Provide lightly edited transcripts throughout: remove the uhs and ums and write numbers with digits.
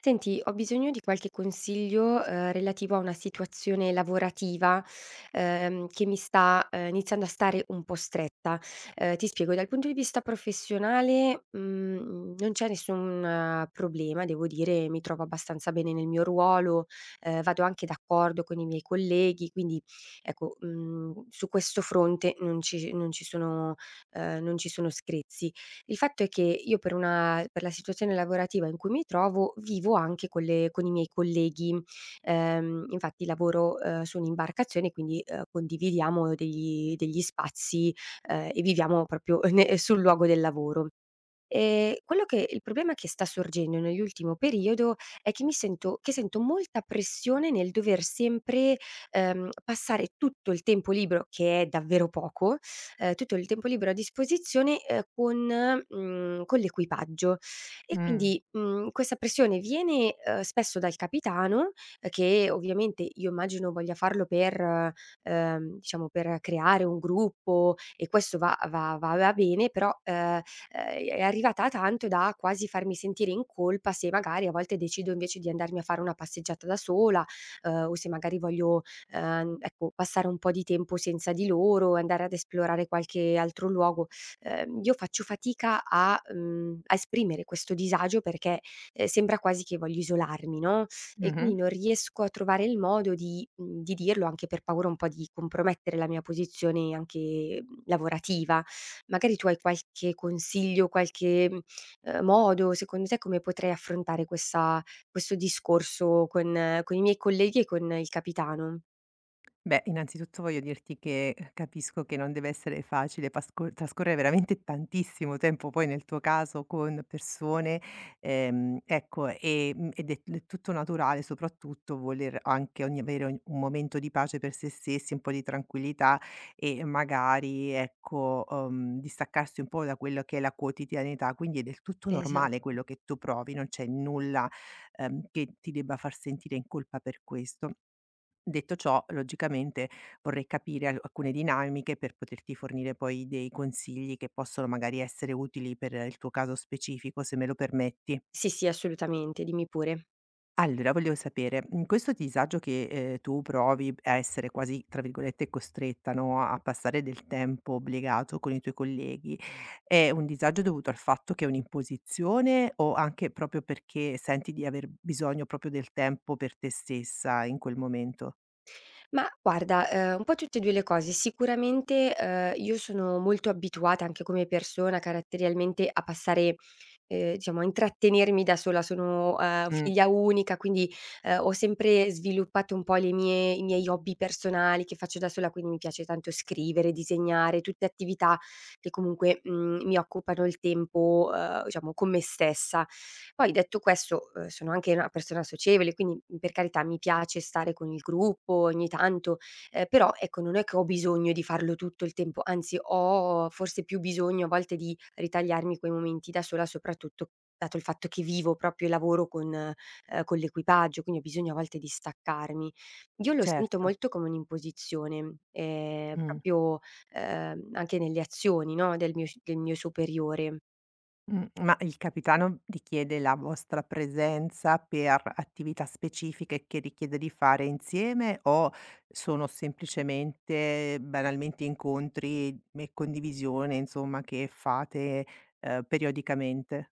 Senti, ho bisogno di qualche consiglio, relativo a una situazione lavorativa, che mi sta, iniziando a stare un po' stretta. Ti spiego, dal punto di vista professionale, non c'è nessun problema, devo dire, mi trovo abbastanza bene nel mio ruolo, vado anche d'accordo con i miei colleghi, quindi ecco, su questo fronte non ci sono screzi. Il fatto è che io, per la situazione lavorativa in cui mi trovo, vivo anche con le con i miei colleghi. Infatti lavoro, su un'imbarcazione, quindi, condividiamo degli spazi, e viviamo proprio ne sul luogo del lavoro. Quello che il problema che sta sorgendo nell'ultimo periodo è che mi sento che sento molta pressione nel dover sempre, passare tutto il tempo libero, che è davvero poco, tutto il tempo libero a disposizione, con con l'equipaggio. E Mh. quindi, questa pressione viene, spesso dal capitano, che ovviamente io immagino voglia farlo per diciamo per creare un gruppo, e questo va bene, però è arrivata a tanto da quasi farmi sentire in colpa se magari a volte decido invece di andarmi a fare una passeggiata da sola, o se magari voglio, ecco, passare un po' di tempo senza di loro, andare ad esplorare qualche altro luogo. Io faccio fatica a esprimere questo disagio perché, sembra quasi che voglio isolarmi, no, e quindi Mh-mh. non riesco a trovare il modo di dirlo, anche per paura un po' di compromettere la mia posizione anche, lavorativa. Magari tu hai qualche consiglio, qualche, modo secondo te, come potrei affrontare questa questo discorso con i miei colleghi e con il capitano? Beh, innanzitutto voglio dirti che, capisco che non deve essere facile pasco trascorrere veramente tantissimo tempo, poi nel tuo caso, con persone, ecco, e ed è del tutto naturale, soprattutto, voler anche ogni avere ogn un momento di pace per se stessi, un po' di tranquillità e magari, ecco, distaccarsi un po' da quello che è la quotidianità. Quindi è del tutto normale Esatto. quello che tu provi, non c'è nulla, che ti debba far sentire in colpa per questo. Detto ciò, logicamente vorrei capire al alcune dinamiche per poterti fornire poi dei consigli che possono magari essere utili per il tuo caso specifico, se me lo permetti. Sì, sì, assolutamente, dimmi pure. Allora, volevo sapere, in questo disagio che, tu provi a essere quasi, tra virgolette, "costretta", no, a passare del tempo obbligato con i tuoi colleghi, è un disagio dovuto al fatto che è un'imposizione o anche proprio perché senti di aver bisogno proprio del tempo per te stessa in quel momento? Ma guarda, un po' tutte e 2 le cose. Sicuramente, io sono molto abituata anche come persona, caratterialmente, a passare diciamo a intrattenermi da sola. Sono, Mh, figlia unica, quindi, ho sempre sviluppato un po' le mie i miei hobby personali che faccio da sola, quindi mi piace tanto scrivere, disegnare, tutte attività che comunque, mi occupano il tempo, diciamo con me stessa. Poi detto questo, sono anche una persona socievole, quindi, per carità mi piace stare con il gruppo ogni tanto, però ecco, non è che ho bisogno di farlo tutto il tempo, anzi ho forse più bisogno a volte di ritagliarmi quei momenti da sola, soprattutto dato il fatto che vivo proprio e lavoro con l'equipaggio, quindi ho bisogno a volte di staccarmi. Io lo sento certo. molto come un'imposizione, Mh. proprio, anche nelle azioni, no, del mio superiore. Ma il capitano richiede la vostra presenza per attività specifiche che richiede di fare insieme o sono semplicemente, banalmente, incontri e condivisione, insomma, che fate, periodicamente?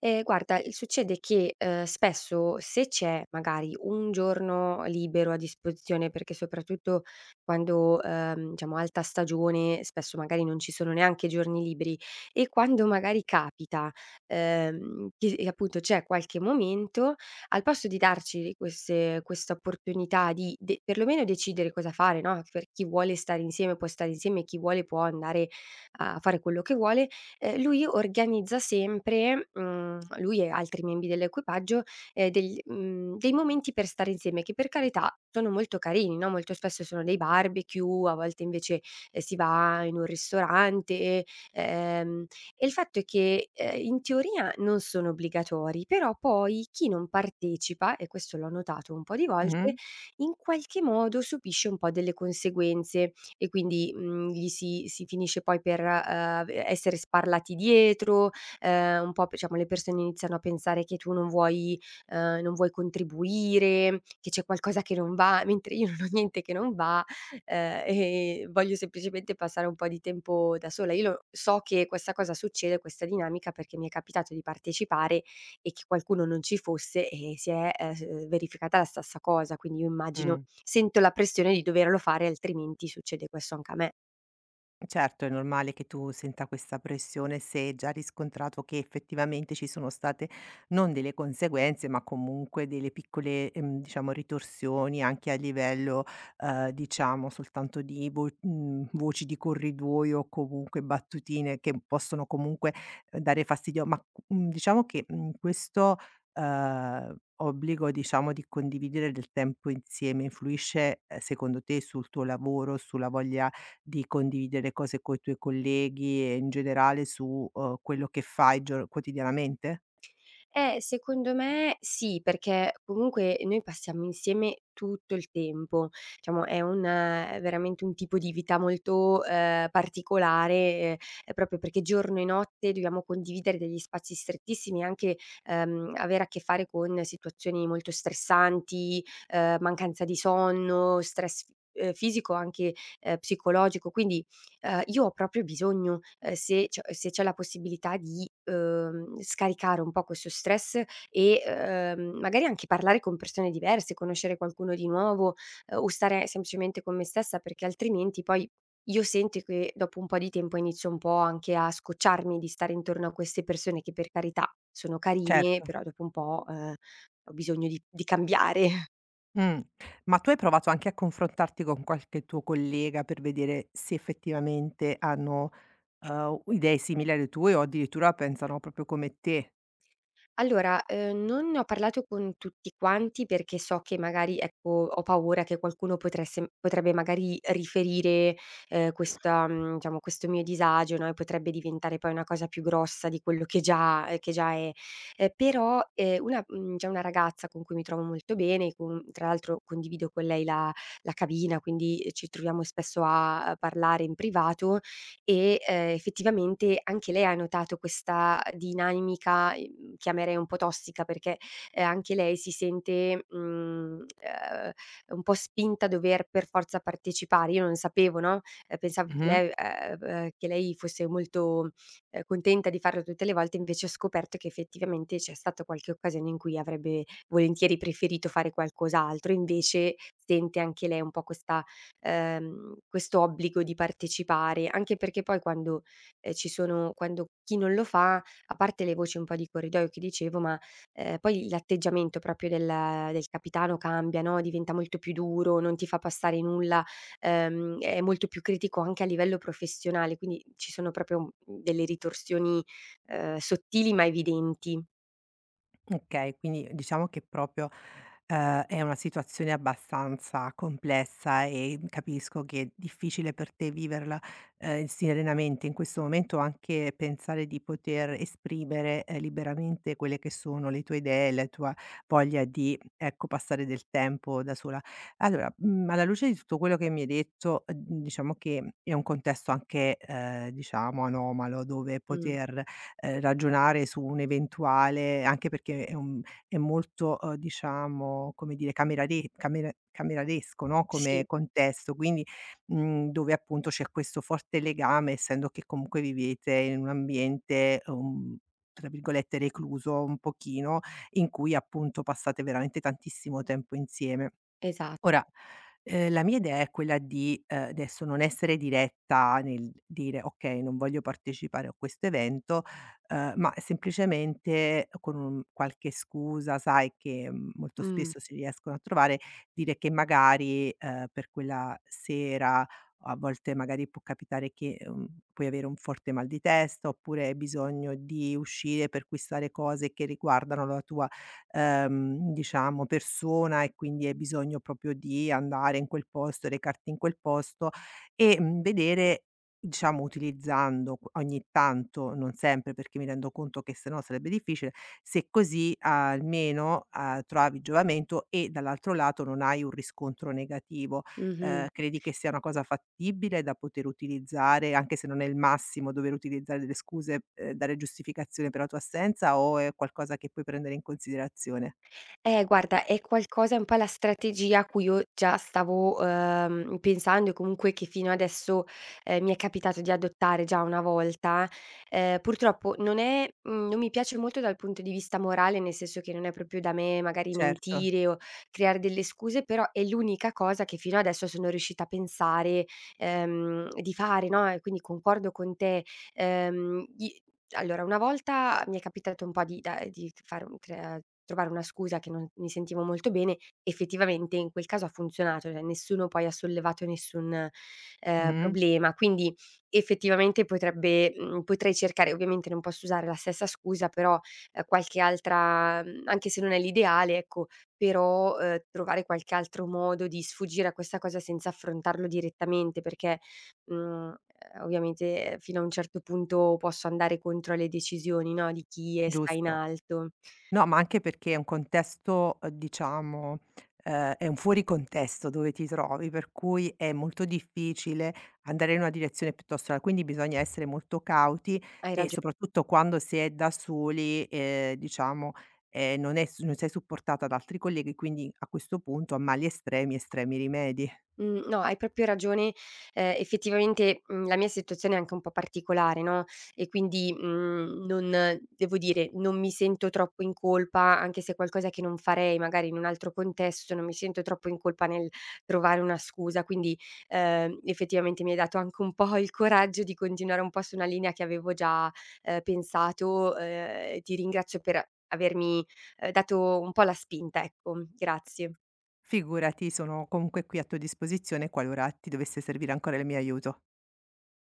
Guarda, il succede che, spesso se c'è magari un giorno libero a disposizione, perché soprattutto quando, diciamo alta stagione, spesso magari non ci sono neanche giorni liberi, e quando magari capita, che e appunto c'è qualche momento, al posto di darci queste questa opportunità di de perlomeno decidere cosa fare, no, per chi vuole stare insieme può stare insieme e chi vuole può andare a fare quello che vuole. Lui organizza sempre, lui e altri membri dell'equipaggio, dei momenti per stare insieme, che per carità sono molto carini, no, molto spesso sono dei barbecue, a volte invece, si va in un ristorante, ehm, e il fatto è che, in teoria non sono obbligatori, però poi chi non partecipa, e questo l'ho notato un po' di Mh-mh, volte, in qualche modo subisce un po' delle conseguenze. E quindi, gli si finisce poi per, v essere sparlati dietro, un po' p diciamo le persone iniziano a pensare che tu non vuoi, non vuoi contribuire, che c'è qualcosa che non va, mentre io non ho niente che non va, e voglio semplicemente passare un po' di tempo da sola. Io lo so che questa cosa succede, questa dinamica, perché mi è capitato di partecipare e che qualcuno non ci fosse e si è s verificata la stessa cosa. Quindi io immagino mh. sento la pressione di doverlo fare, altrimenti succede questo anche a me. Certo, è normale che tu senta questa pressione se hai già riscontrato che effettivamente ci sono state non delle conseguenze, ma comunque delle piccole, diciamo, ritorsioni anche a livello, diciamo, soltanto di voci di corridoio o comunque battutine che possono comunque dare fastidio. Ma diciamo che questo eh, obbligo, diciamo, di condividere del tempo insieme influisce secondo te sul tuo lavoro, sulla voglia di condividere cose coi tuoi colleghi e in generale su, quello che fai gior quotidianamente? Secondo me sì, perché comunque noi passiamo insieme tutto il tempo. Diciamo, è veramente un tipo di vita molto, particolare, proprio perché giorno e notte dobbiamo condividere degli spazi strettissimi, e anche, avere a che fare con situazioni molto stressanti, mancanza di sonno, stress f fisico, anche, psicologico. Quindi. Io ho proprio bisogno, se c'è la possibilità di, scaricare un po' questo stress e, magari anche parlare con persone diverse, conoscere qualcuno di nuovo, o stare semplicemente con me stessa, perché altrimenti poi io sento che dopo un po' di tempo inizio un po' anche a scocciarmi di stare intorno a queste persone, che per carità sono carine, Certo. però dopo un po', ho bisogno di cambiare. Mh. Ma tu hai provato anche a confrontarti con qualche tuo collega per vedere se effettivamente hanno, idee simili alle tue o addirittura pensano proprio come te? Allora, non ne ho parlato con tutti quanti perché so che magari, ecco, ho paura che qualcuno potresse potrebbe magari riferire, diciamo questo mio disagio, no, e potrebbe diventare poi una cosa più grossa di quello che già è. Però, c'è una ragazza con cui mi trovo molto bene, con tra l'altro condivido con lei la cabina, quindi ci troviamo spesso a parlare in privato, e, effettivamente anche lei ha notato questa dinamica, chiamerei un po' tossica, perché, anche lei si sente, un po' spinta a dover per forza partecipare. Io non sapevo, no, pensavo Mh-mh. Che lei fosse molto, contenta di farlo tutte le volte, invece ho scoperto che effettivamente c'è stata qualche occasione in cui avrebbe volentieri preferito fare qualcos'altro, invece sente anche lei un po' questa questo obbligo di partecipare, anche perché poi quando, ci sono quando chi non lo fa, a parte le voci un po' di corridoio che dicevo, ma, poi l'atteggiamento proprio del capitano cambia, no, diventa molto più duro, non ti fa passare nulla, è molto più critico anche a livello professionale, quindi ci sono proprio, delle ritorsioni, sottili ma evidenti. Okay, quindi diciamo che proprio, è una situazione abbastanza complessa e capisco che è difficile per te viverla, serenamente in questo momento, anche pensare di poter esprimere, liberamente quelle che sono le tue idee, la tua voglia di, ecco, passare del tempo da sola. Allora, alla luce di tutto quello che mi hai detto, diciamo che è un contesto anche, diciamo anomalo, dove Mh. poter ragionare su un eventuale anche perché è molto, diciamo, come dire, camerare camera cameralesco, no, come Sì, contesto, quindi, dove appunto c'è questo forte legame, essendo che comunque vivete in un ambiente, tra virgolette "recluso" un pochino, in cui appunto passate veramente tantissimo tempo insieme. esat Ora, la mia idea è quella di, adesso non essere diretta nel dire: "Okay, non voglio partecipare a questo evento", ma semplicemente con un qualche scusa, sai, che, molto mh. spesso si riescono a trovare, dire che magari, per quella sera a volte magari può capitare che, puoi avere un forte mal di testa, oppure hai bisogno di uscire per acquistare cose che riguardano la tua diciamo, persona e quindi hai bisogno proprio di andare in quel posto, recarti in quel posto e, vedere diciamo utilizzando q ogni tanto, non sempre perché mi rendo conto che se no sarebbe difficile, se così almeno, trovavi giovamento e dall'altro lato non hai un riscontro negativo. Mh-mh. Credi che sia una cosa fattibile da poter utilizzare, anche se non è il massimo dover utilizzare delle scuse, dare giustificazione per la tua assenza o è qualcosa che puoi prendere in considerazione? Eh, guarda, è un po' la strategia a cui io già stavo, pensando, e comunque che fino adesso, mi è capitato di adottare già una volta. Purtroppo non è mhmm, non mi piace molto dal punto di vista morale, nel senso che non è proprio da me magari Certo. mentire o creare delle scuse, però è l'unica cosa che fino adesso sono riuscita a pensare, di fare, no, e quindi concordo con te. I Allora, una volta mi è capitato un po' di fare un crea trovare una scusa che non mi sentivo molto bene. Effettivamente in quel caso ha funzionato, cioè nessuno poi ha sollevato nessun, Mh-mh. problema. Quindi effettivamente potrei cercare, ovviamente non posso usare la stessa scusa, però, qualche altra, anche se non è l'ideale, ecco, però, trovare qualche altro modo di sfuggire a questa cosa senza affrontarlo direttamente, perché Mhmm, ovviamente fino a un certo punto posso andare contro alle decisioni, no, di chi è sta in Giusto. alto. No, ma anche perché è un contesto, diciamo, è un fuori contesto dove ti trovi, per cui è molto difficile andare in una direzione piuttosto che quindi bisogna essere molto cauti Hai e ragione. soprattutto quando si è da soli, diciamo, non è s non sei supportato da altri colleghi, quindi a questo punto a mali estremi, estremi rimedi. Mhmm, no, hai proprio ragione. Effettivamente, la mia situazione è anche un po' particolare, no, e quindi, non devo dire, non mi sento troppo in colpa, anche se è qualcosa che non farei magari in un altro contesto, non mi sento troppo in colpa nel trovare una scusa. Quindi, effettivamente mi hai dato anche un po' il coraggio di continuare un po' su una linea che avevo già, pensato, e ti ringrazio per avermi, dato un po' la spinta, ecco. Grazie. Figurati, sono comunque qui a tua disposizione qualora ti dovesse servire ancora il mio aiuto.